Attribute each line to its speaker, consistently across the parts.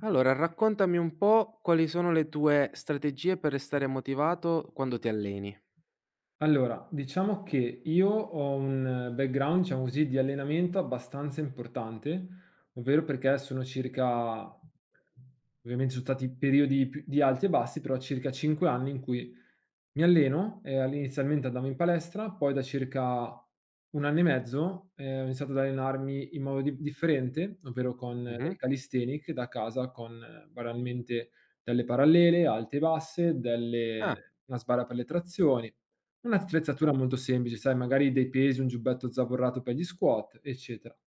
Speaker 1: Allora, raccontami un po' quali sono le tue strategie per restare motivato quando ti alleni.
Speaker 2: Allora, diciamo che io ho un background, diciamo così, di allenamento abbastanza importante, ovvero perché sono circa ovviamente ci sono stati periodi di alti e bassi, però circa 5 anni in cui mi alleno. Inizialmente andavo in palestra, poi da circa 1 anno e mezzo, ho iniziato ad allenarmi in modo di differente, ovvero con del
Speaker 1: Mh-mh.
Speaker 2: calisthenic da casa, con banalmente delle parallele, alte e basse,
Speaker 1: Ah,
Speaker 2: delle una sbarra per le trazioni,
Speaker 1: ah,
Speaker 2: un'attrezzatura molto semplice, sai, magari dei pesi, un giubbetto zavorrato per gli squat, eccetera.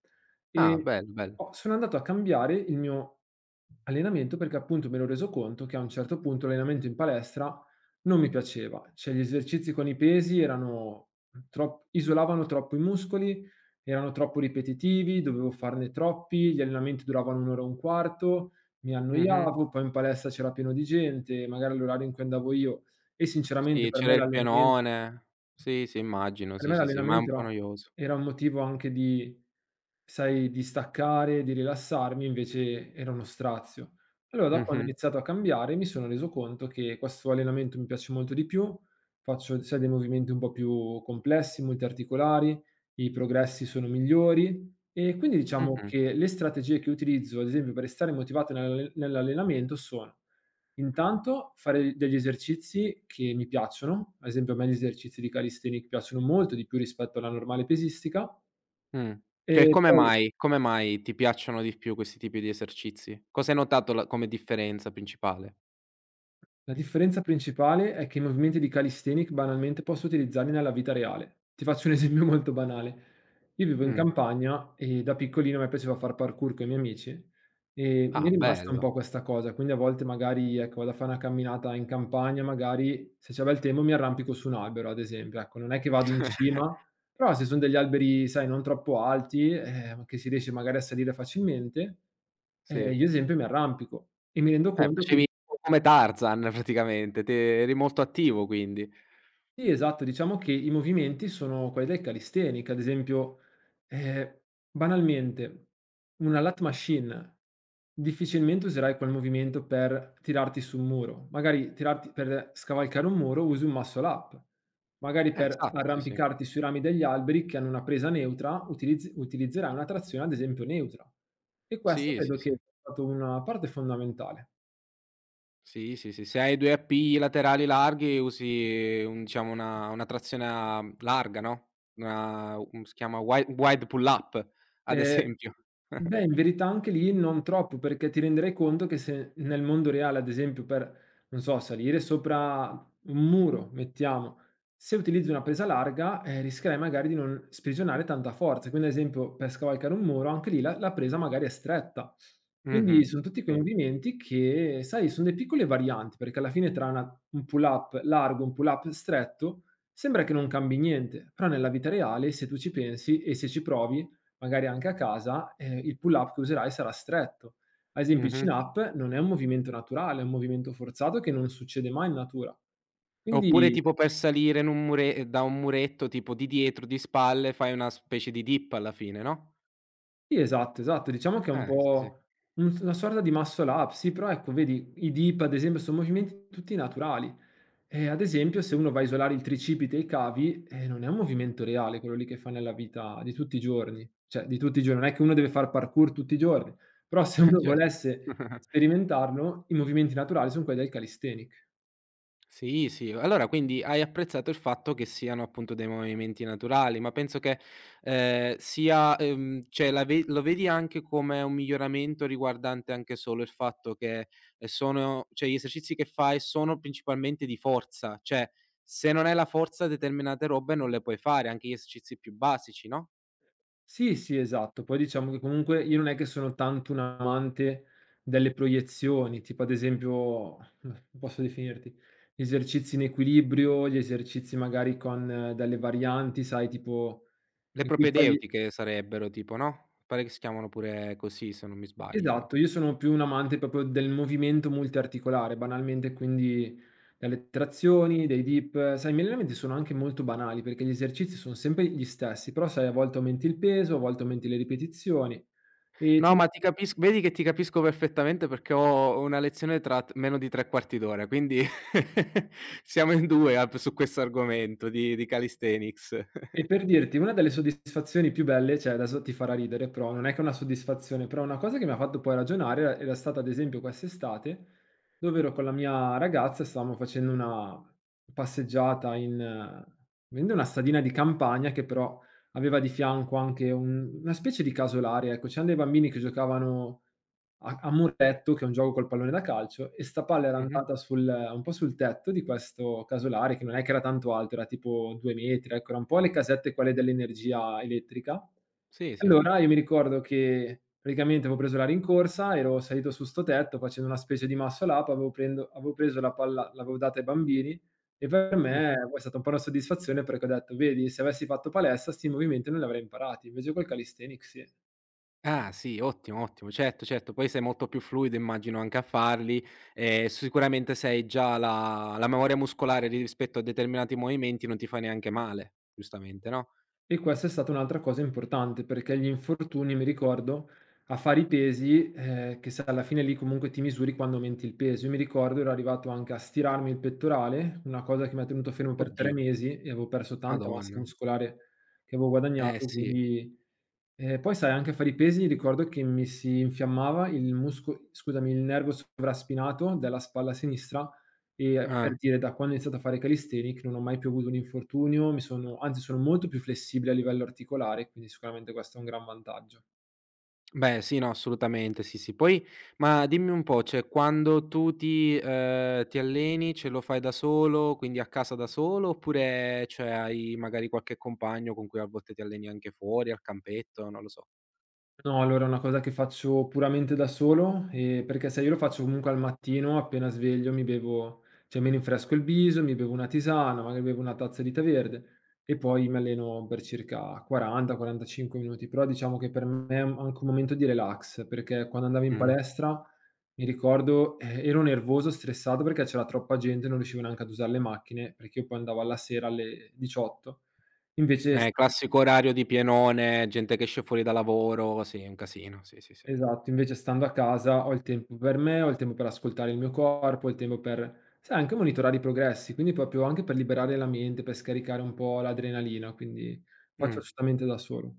Speaker 1: ah,
Speaker 2: E
Speaker 1: bello, bello.
Speaker 2: ho sono andato a cambiare il mio allenamento perché appunto mi ero reso conto che a un certo punto l'allenamento in palestra non mi piaceva, cioè gli esercizi con i pesi erano trop isolavano troppo i muscoli, erano troppo ripetitivi, dovevo farne troppi, gli allenamenti duravano 1 ora e un quarto, mi
Speaker 1: Mh-mh.
Speaker 2: annoiavo, poi in palestra c'era pieno di gente, magari all'orario in cui andavo io, e sinceramente
Speaker 1: Sì, c'era il pianone. Sì, sì, immagino,
Speaker 2: per
Speaker 1: sì,
Speaker 2: me
Speaker 1: sì, sì, ma è un
Speaker 2: l'allenamento
Speaker 1: po'
Speaker 2: era
Speaker 1: noioso.
Speaker 2: era un motivo anche di, sai, di staccare, di rilassarmi, invece era uno strazio. Allora da quando ho
Speaker 1: Mh-mh,
Speaker 2: iniziato a cambiare, mi sono reso conto che questo allenamento mi piace molto di più, faccio, sai, dei movimenti un po' più complessi, multiarticolari, i progressi sono migliori, e quindi diciamo
Speaker 1: mh-mh,
Speaker 2: che le strategie che utilizzo, ad esempio, per restare motivato nell'allenamento sono: intanto fare degli esercizi che mi piacciono, ad esempio a me gli esercizi di calisthenics piacciono molto di più rispetto alla normale pesistica,
Speaker 1: mh. Che
Speaker 2: e
Speaker 1: come
Speaker 2: poi
Speaker 1: mai come mai ti piacciono di più questi tipi di esercizi? Cosa hai notato la come differenza principale?
Speaker 2: la differenza principale è che i movimenti di calisthenics banalmente posso utilizzarli nella vita reale. Ti faccio un esempio molto banale. Io vivo in
Speaker 1: Mh.
Speaker 2: campagna e da piccolino a me piaceva far parkour con i miei amici, e mi
Speaker 1: Ah,
Speaker 2: è rimasta un
Speaker 1: bello.
Speaker 2: po' questa cosa, quindi a volte magari, ecco, vado a fare una camminata in campagna, magari se c'è bel tempo mi arrampico su un albero, ad esempio. Ecco, non è che vado in cima, però se sono degli alberi, sai, non troppo alti, ma che si riesce magari a salire facilmente,
Speaker 1: Sì.
Speaker 2: io ad esempio mi arrampico e mi rendo conto che
Speaker 1: Facevi un po' come Tarzan praticamente, te eri molto attivo quindi.
Speaker 2: sì, esatto, diciamo che i movimenti sono quelli del calisthenics, ad esempio, ehm, banalmente una lat machine, difficilmente userai quel movimento per tirarti su un muro, magari tirarti per scavalcare un muro usi un muscle up, magari per
Speaker 1: Esatto, sì, sì.
Speaker 2: arrampicarti sui rami degli alberi che hanno una presa neutra utilizzerai una trazione ad esempio neutra. E questo
Speaker 1: Sì,
Speaker 2: credo
Speaker 1: sì,
Speaker 2: che
Speaker 1: sì.
Speaker 2: sia stato una parte fondamentale.
Speaker 1: Sì, sì, sì. Se hai 2 appigli laterali larghi usi un diciamo una trazione a larga, no, una un si chiama wi wide pull up, ad
Speaker 2: Ehm,
Speaker 1: esempio.
Speaker 2: Beh, in verità anche lì non troppo, perché ti renderai conto che se nel mondo reale, ad esempio, per, non so, salire sopra un muro, mettiamo, se utilizzi una presa larga, rischierai magari di non sprigionare tanta forza. Quindi, ad esempio, per scavalcare un muro, anche lì la presa magari è stretta. Quindi
Speaker 1: Mh-mh.
Speaker 2: son tutti quei
Speaker 1: Sì.
Speaker 2: movimenti che, sai, son dei piccole varianti, perché alla fine tra una un pull up largo, un pull up stretto, sembra che non cambi niente, però nella vita reale se tu ci pensi e se ci provi magari anche a casa, il pull up che userai sarà stretto. Ad esempio il
Speaker 1: Mh-mh.
Speaker 2: chin up non è un movimento naturale, è un movimento forzato che non succede mai in natura.
Speaker 1: Oppure
Speaker 2: Quindi
Speaker 1: tipo per salire in un mure da un muretto tipo di dietro, di spalle, fai una specie di dip alla fine, no?
Speaker 2: sì, esatto, esatto, diciamo che è un
Speaker 1: Sì, sì.
Speaker 2: po' un una sorta di muscle up, sì, però ecco vedi i dip ad esempio son movimenti tutti naturali. Ad esempio se uno va a isolare il tricipite e i cavi, non è un movimento reale quello lì che fai nella vita di tutti i giorni, cioè di tutti i giorni, non è che uno deve far parkour tutti i giorni, però se uno volesse
Speaker 1: Cer
Speaker 2: sperimentarlo, i movimenti naturali son quelli del calisthenic.
Speaker 1: sì, sì. Allora quindi hai apprezzato il fatto che siano appunto dei movimenti naturali, ma penso che, sia cioè la ve lo vedi anche come un miglioramento riguardante anche solo il fatto che, sono cioè gli esercizi che fai sono principalmente di forza, cioè se non hai la forza determinate robe non le puoi fare, anche gli esercizi più basici, no,
Speaker 2: Sì, sì, esatto. Poi diciamo che comunque io non è che sono tanto un amante delle proiezioni, tipo ad esempio, come posso definirti, gli esercizi in equilibrio, gli esercizi magari con delle varianti, sai tipo
Speaker 1: le
Speaker 2: in cui fai
Speaker 1: propedeutiche sarebbero tipo, no, pare che si chiamano pure così se non mi sbaglio.
Speaker 2: esatto, io sono più un amante proprio del movimento multiarticolare, banalmente quindi dalle trazioni, dei dip. Sai, i miei allenamenti sono anche molto banali perché gli esercizi sono sempre gli stessi, però sai, a volte aumenti il peso, a volte aumenti le ripetizioni e ti
Speaker 1: No, ma ti capisc vedi che ti capisco perfettamente perché ho una lezione tra t meno di 3/4 d'ora, quindi siamo in 2 a p su questo argomento di calisthenics.
Speaker 2: e per dirti, una delle soddisfazioni più belle, cioè adesso ti farà ridere, però non è che è una soddisfazione, però una cosa che mi ha fatto poi ragionare era stata ad esempio quest'estate, dove ero con la mia ragazza e stavamo facendo una passeggiata in, vende una stadina di campagna che però aveva di fianco anche un una specie di casolare, ecco. C'eran dei bambini che giocavano a muretto, che è un gioco col pallone da calcio, e 'sta palla era
Speaker 1: Mh-mh.
Speaker 2: andata sul un po' sul tetto di questo casolare, che non è che era tanto alto, era tipo 2 metri, ecco, era un po' le casette quelle dell'energia elettrica.
Speaker 1: Sì, sì.
Speaker 2: Allora io mi ricordo che praticamente avevo preso la rincorsa, ero salito su 'sto tetto facendo una specie di masso all'ape, avevo preso la palla, l'avevo data ai bambini, e per me
Speaker 1: Mh-mh.
Speaker 2: poi è stata un po' una soddisfazione perché ho detto: "Vedi, se avessi fatto palestra 'sti movimenti non li avrei imparati, invece col calisthenics sì".
Speaker 1: Ah sì, ottimo, ottimo. Certo, certo, poi sei molto più fluido immagino anche a farli e sicuramente sei già la memoria muscolare di rispetto a determinati movimenti non ti fa neanche male, giustamente, no?
Speaker 2: E questa è stata un'altra cosa importante, perché gli infortuni, mi ricordo, a fare i pesi, che sai alla fine lì comunque ti misuri quando aumenti il peso. Io mi ricordo ero arrivato anche a stirarmi il pettorale, una cosa che mi ha tenuto fermo per 3
Speaker 1: Oddio,
Speaker 2: mesi e avevo perso tanta massa
Speaker 1: madonna.
Speaker 2: muscolare che avevo
Speaker 1: Eh
Speaker 2: guadagnato,
Speaker 1: sì.
Speaker 2: quindi e poi sai anche a fare i pesi ricordo che mi si infiammava il musco scusami, il nervo sovraspinato della spalla sinistra, e
Speaker 1: Eh.
Speaker 2: per dire da quando ho iniziato a fare calisthenics non ho mai più avuto un infortunio, mi sono anzi sono molto più flessibile a livello articolare, quindi sicuramente questo è un gran vantaggio.
Speaker 1: Beh, sì, no, assolutamente, sì, sì. Poi ma dimmi un po', cioè quando tu ti alleni, ce lo fai da solo, quindi a casa da solo, oppure cioè hai magari qualche compagno con cui a volte ti alleni anche fuori, al campetto, non lo so.
Speaker 2: No, allora è una cosa che faccio puramente da solo, perché se io lo faccio comunque al mattino appena sveglio mi bevo cioè mi rinfresco il viso, mi bevo una tisana, magari bevo una tazza di tè verde, e poi mi alleno per circa 40, 45 minuti. Però diciamo che per me è anche un momento di relax, perché quando andavo in
Speaker 1: Mh.
Speaker 2: palestra mi ricordo, ero nervoso, stressato perché c'era troppa gente, non riuscivo neanche ad usar le macchine, perché io poi andavo alla sera alle 18. Invece
Speaker 1: Classico orario di pienone, gente che esce fuori da lavoro, sì, è un casino, sì, sì, sì.
Speaker 2: esatto, invece stando a casa ho il tempo per me, ho il tempo per ascoltare il mio corpo, ho il tempo per, sai, anche monitorare i progressi, quindi proprio anche per liberare la mente, per scaricare un po' l'adrenalina, quindi
Speaker 1: Mh.
Speaker 2: faccio assolutamente da solo.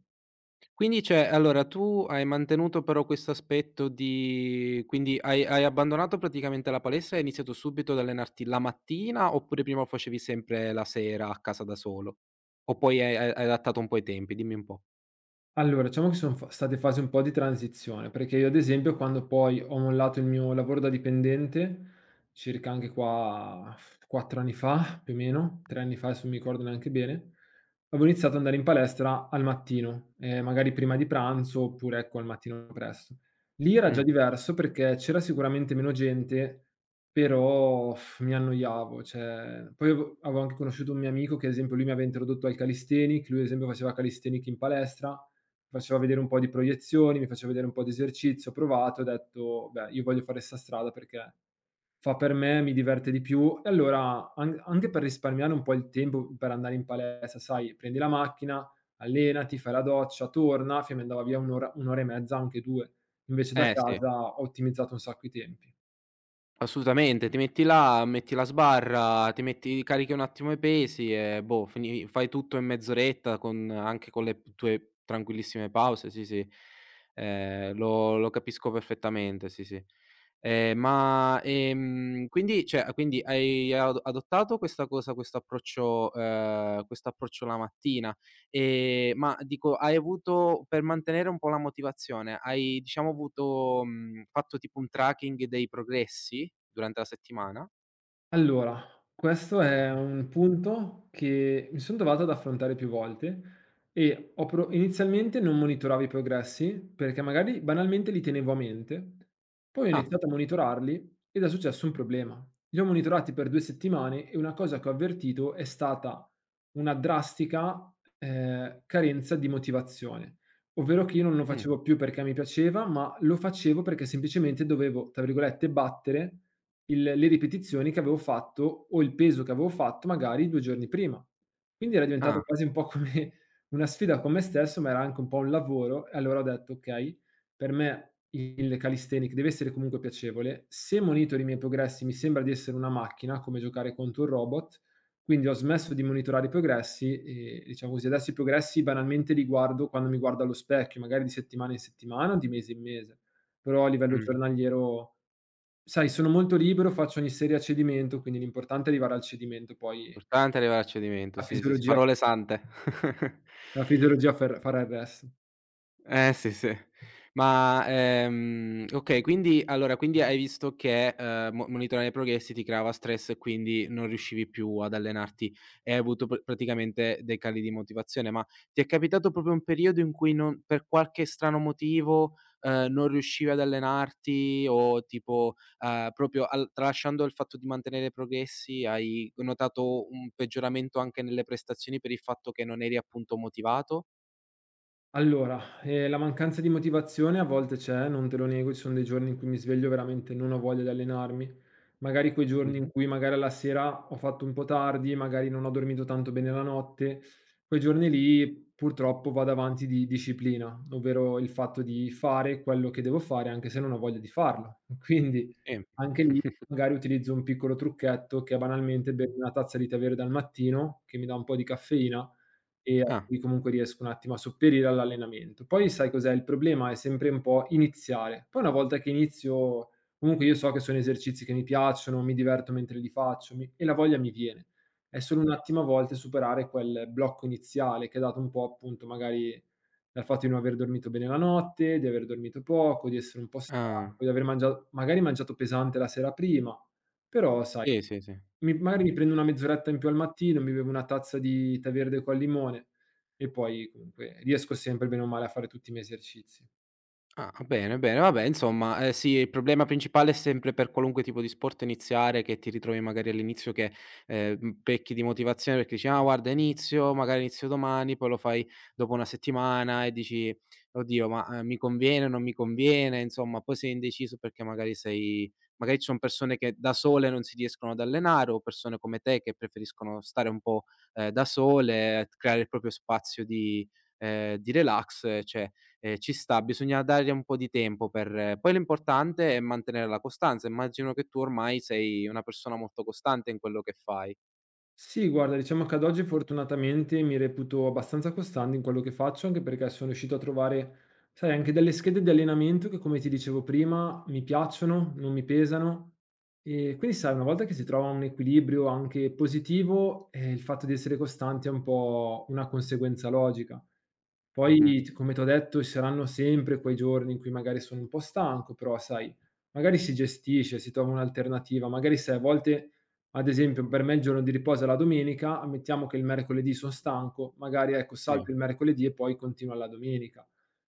Speaker 1: Quindi cioè, allora tu hai mantenuto però questo aspetto di quindi hai abbandonato praticamente la palestra e hai iniziato subito ad allenarti la mattina, oppure prima facevi sempre la sera a casa da solo? O poi hai adattato un po' i tempi? Dimmi un po'.
Speaker 2: Allora, diciamo che sono state fasi un po' di transizione, perché io ad esempio quando poi ho mollato il mio lavoro da dipendente, circa anche qua 4 anni fa, più o meno, 3 anni fa, adesso non mi ricordo neanche bene, avevo iniziato ad andare in palestra al mattino, magari prima di pranzo oppure ecco al mattino presto. Lì era già
Speaker 1: Mh.
Speaker 2: diverso perché c'era sicuramente meno gente, però uff, mi annoiavo, cioè poi avevo anche conosciuto un mio amico che ad esempio lui mi aveva introdotto al calisthenics, lui ad esempio faceva calisthenics in palestra, mi faceva vedere un po' di proiezioni, mi faceva vedere un po' di esercizio, ho provato, ho detto: "Beh, io voglio fare 'sta strada perché fa per me, mi diverte di più". E allora an anche per risparmiare un po' il tempo per andare in palestra, sai, prendi la macchina, allenati, fai la doccia, torna, che mi andava via 1 ora, 1 ora e mezza, anche 2. Invece da
Speaker 1: Eh sì,
Speaker 2: casa ho ottimizzato un sacco i tempi.
Speaker 1: assolutamente. Ti metti là, metti la sbarra, ti metti carichi un attimo i pesi e boh, fini fai tutto in mezz'oretta con anche con le p tue tranquillissime pause, sì, sì. Lo capisco perfettamente, sì, sì. Ma, quindi cioè, a quindi hai ad adottato questa cosa, questo approccio la mattina. Ma dico, hai avuto per mantenere un po' la motivazione, hai diciamo fatto tipo un tracking dei progressi durante la settimana?
Speaker 2: Allora, questo è un punto che mi son trovato ad affrontare più volte, e ho pro inizialmente non monitoravo i progressi, perché magari banalmente li tenevo a mente, poi ho
Speaker 1: Ah,
Speaker 2: iniziato a monitorarli ed è successo un problema. Li ho monitorati per 2 settimane e una cosa che ho avvertito è stata una drastica, carenza di motivazione, ovvero che io non lo
Speaker 1: mh,
Speaker 2: facevo più perché mi piaceva, ma lo facevo perché semplicemente dovevo, tra virgolette, "battere" il le ripetizioni che avevo fatto o il peso che avevo fatto magari 2 giorni prima. Quindi era diventato
Speaker 1: ah,
Speaker 2: quasi un po' come una sfida con me stesso, ma era anche un po' un lavoro, e allora ho detto: "Okay, per me il calisthenic deve essere comunque piacevole. Se monitori i miei progressi mi sembra di essere una macchina, come giocare contro un robot", quindi ho smesso di monitorare i progressi e diciamo così, adesso i progressi banalmente li guardo quando mi guardo allo specchio, magari di settimana in settimana o di mese in mese, però a livello
Speaker 1: mh.
Speaker 2: giornaliero sai, sono molto libero, faccio ogni serie a cedimento, quindi l'importante è arrivare al cedimento, poi
Speaker 1: Importante arrivare al cedimento,
Speaker 2: la
Speaker 1: sì, sì, sì.
Speaker 2: fisiologia f
Speaker 1: Parole sante.
Speaker 2: la fisiologia fer farà il resto.
Speaker 1: Eh sì, sì. Ma, okay, allora quindi hai visto che, mo monitorare i progressi ti creava stress e quindi non riuscivi più ad allenarti e hai avuto pr praticamente dei cali di motivazione, ma ti è capitato proprio un periodo in cui non per qualche strano motivo, non riuscivi ad allenarti o tipo, proprio al tralasciando il fatto di mantenere i progressi, hai notato un peggioramento anche nelle prestazioni per il fatto che non eri appunto motivato?
Speaker 2: Allora, la mancanza di motivazione a volte c'è, non te lo nego, ci sono dei giorni in cui mi sveglio veramente non ho voglia di allenarmi. Magari quei giorni in
Speaker 1: Mh-mh.
Speaker 2: cui magari alla sera ho fatto un po' tardi, magari non ho dormito tanto bene la notte, quei giorni lì purtroppo vado avanti di disciplina, ovvero il fatto di fare quello che devo fare anche se non ho voglia di farlo. Quindi
Speaker 1: Sì.
Speaker 2: anche lì magari utilizzo un piccolo trucchetto che è banalmente bermi una tazza di tè verde al mattino, che mi dà un po' di caffeina e a
Speaker 1: Ah,
Speaker 2: cui comunque riesco un attimo a sopperire all'allenamento. Poi sai cos'è? Il problema è sempre un po' iniziare. Poi una volta che inizio comunque io so che sono esercizi che mi piacciono, mi diverto mentre li faccio, mi e la voglia mi viene. È solo un
Speaker 1: mh,
Speaker 2: attimo a volte superare quel blocco iniziale che è dato un po' appunto magari dal fatto di non aver dormito bene la notte, di aver dormito poco, di essere un po' stanco,
Speaker 1: ah.
Speaker 2: di aver mangia magari mangiato pesante la sera prima, però sai
Speaker 1: Sì, sì, sì.
Speaker 2: mi magari mi prendo una mezz'oretta in più al mattino, mi bevo una tazza di tè verde col limone e poi comunque riesco sempre bene o male a fare tutti i miei esercizi.
Speaker 1: Ah, bene, bene, vabbè insomma, sì, il problema principale è sempre per qualunque tipo di sport iniziare, che ti ritrovi magari all'inizio che, pecchi di motivazione perché dici: "Ah guarda inizio, magari inizio domani", poi lo fai dopo 1 settimana e dici: "Oddio ma, mi conviene o non mi conviene?" Insomma, poi sei indeciso perché magari sei magari ci son persone che da sole non si riescono ad allenare o persone come te che preferiscono stare un po', da sole, creare il proprio spazio di di relax, cioè. Ci sta, bisogna dargli un po' di tempo per poi l'importante è mantenere la costanza. Immagino che tu ormai sei una persona molto costante in quello che fai.
Speaker 2: Sì, guarda, diciamo che ad oggi fortunatamente mi reputo abbastanza costante in quello che faccio, anche perché sono riuscito a trovare, sai, anche delle schede di allenamento che, come ti dicevo prima, mi piacciono, non mi pesano. E quindi, sai, una volta che si trova un equilibrio anche positivo, il fatto di essere costanti è un po' una conseguenza logica. Poi,
Speaker 1: Mh-mh.
Speaker 2: come ti ho detto, ci saranno sempre quei giorni in cui magari sono un po' stanco, però, sai, magari si gestisce, si trova un'alternativa, magari sai, a volte ad esempio per me il giorno di riposo è la domenica, ammettiamo che il mercoledì son stanco, magari ecco
Speaker 1: Sì.
Speaker 2: salto il mercoledì e poi continuo alla domenica.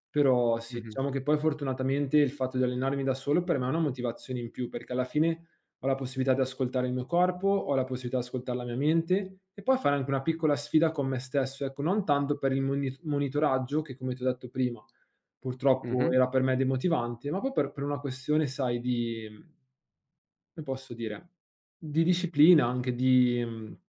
Speaker 2: Però sì,
Speaker 1: Mh-mh.
Speaker 2: diciamo che poi fortunatamente il fatto di allenarmi da solo per me è una motivazione in più, perché alla fine ho la possibilità di ascoltare il mio corpo, ho la possibilità di ascoltare la mia mente e poi fare anche una piccola sfida con me stesso, ecco, non tanto per il monitoraggio che come ti ho detto prima, purtroppo
Speaker 1: Mh-mh.
Speaker 2: era per me demotivante, ma poi per una questione sai di come posso dire, di disciplina, anche di mhmm,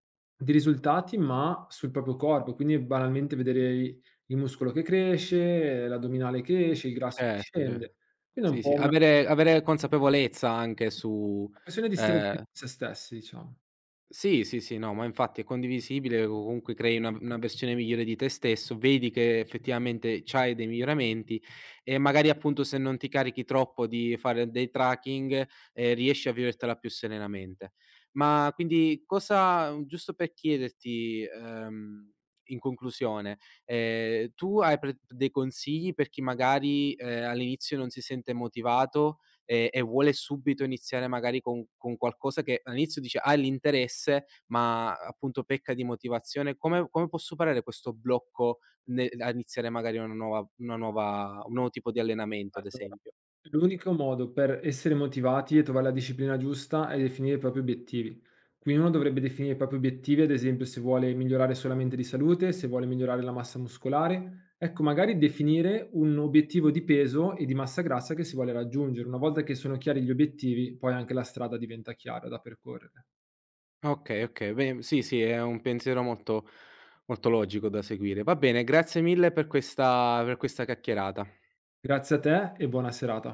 Speaker 2: di risultati, ma sul proprio corpo, quindi banalmente vedere i il muscolo che cresce, l'addominale che esce, il grasso che
Speaker 1: Certo, cer
Speaker 2: scende. Quindi è un
Speaker 1: sì, sì.
Speaker 2: po' una
Speaker 1: Avere consapevolezza anche su.
Speaker 2: una questione di stare bene
Speaker 1: ehm
Speaker 2: con se stessi, diciamo.
Speaker 1: Sì, sì, sì, no, ma infatti è condivisibile, o comunque crei una versione migliore di te stesso, vedi che effettivamente c'hai dei miglioramenti e magari appunto se non ti carichi troppo di fare dei tracking, riesci a vivertela più serenamente. Ma quindi cosa giusto per chiederti, in conclusione, tu hai pre dei consigli per chi magari, all'inizio non si sente motivato e vuole subito iniziare magari con qualcosa che all'inizio dice ha l'interesse, ma appunto pecca di motivazione, come può superare questo blocco ne a iniziare magari una nuova un nuovo tipo di allenamento, ad
Speaker 2: Allora,
Speaker 1: esempio?
Speaker 2: l'unico modo per essere motivati e trovare la disciplina giusta è definire i propri obiettivi. Quindi uno dovrebbe definire i propri obiettivi, ad esempio se vuole migliorare solamente di salute, se vuole migliorare la massa muscolare. Ecco, magari definire un obiettivo di peso e di massa grassa che si vuole raggiungere. Una volta che sono chiari gli obiettivi, poi anche la strada diventa chiara da percorrere.
Speaker 1: Okay, okay, beh, sì, sì, è un pensiero molto molto logico da seguire. Va bene, grazie mille per questa chiacchierata.
Speaker 2: Grazie a te e buona serata.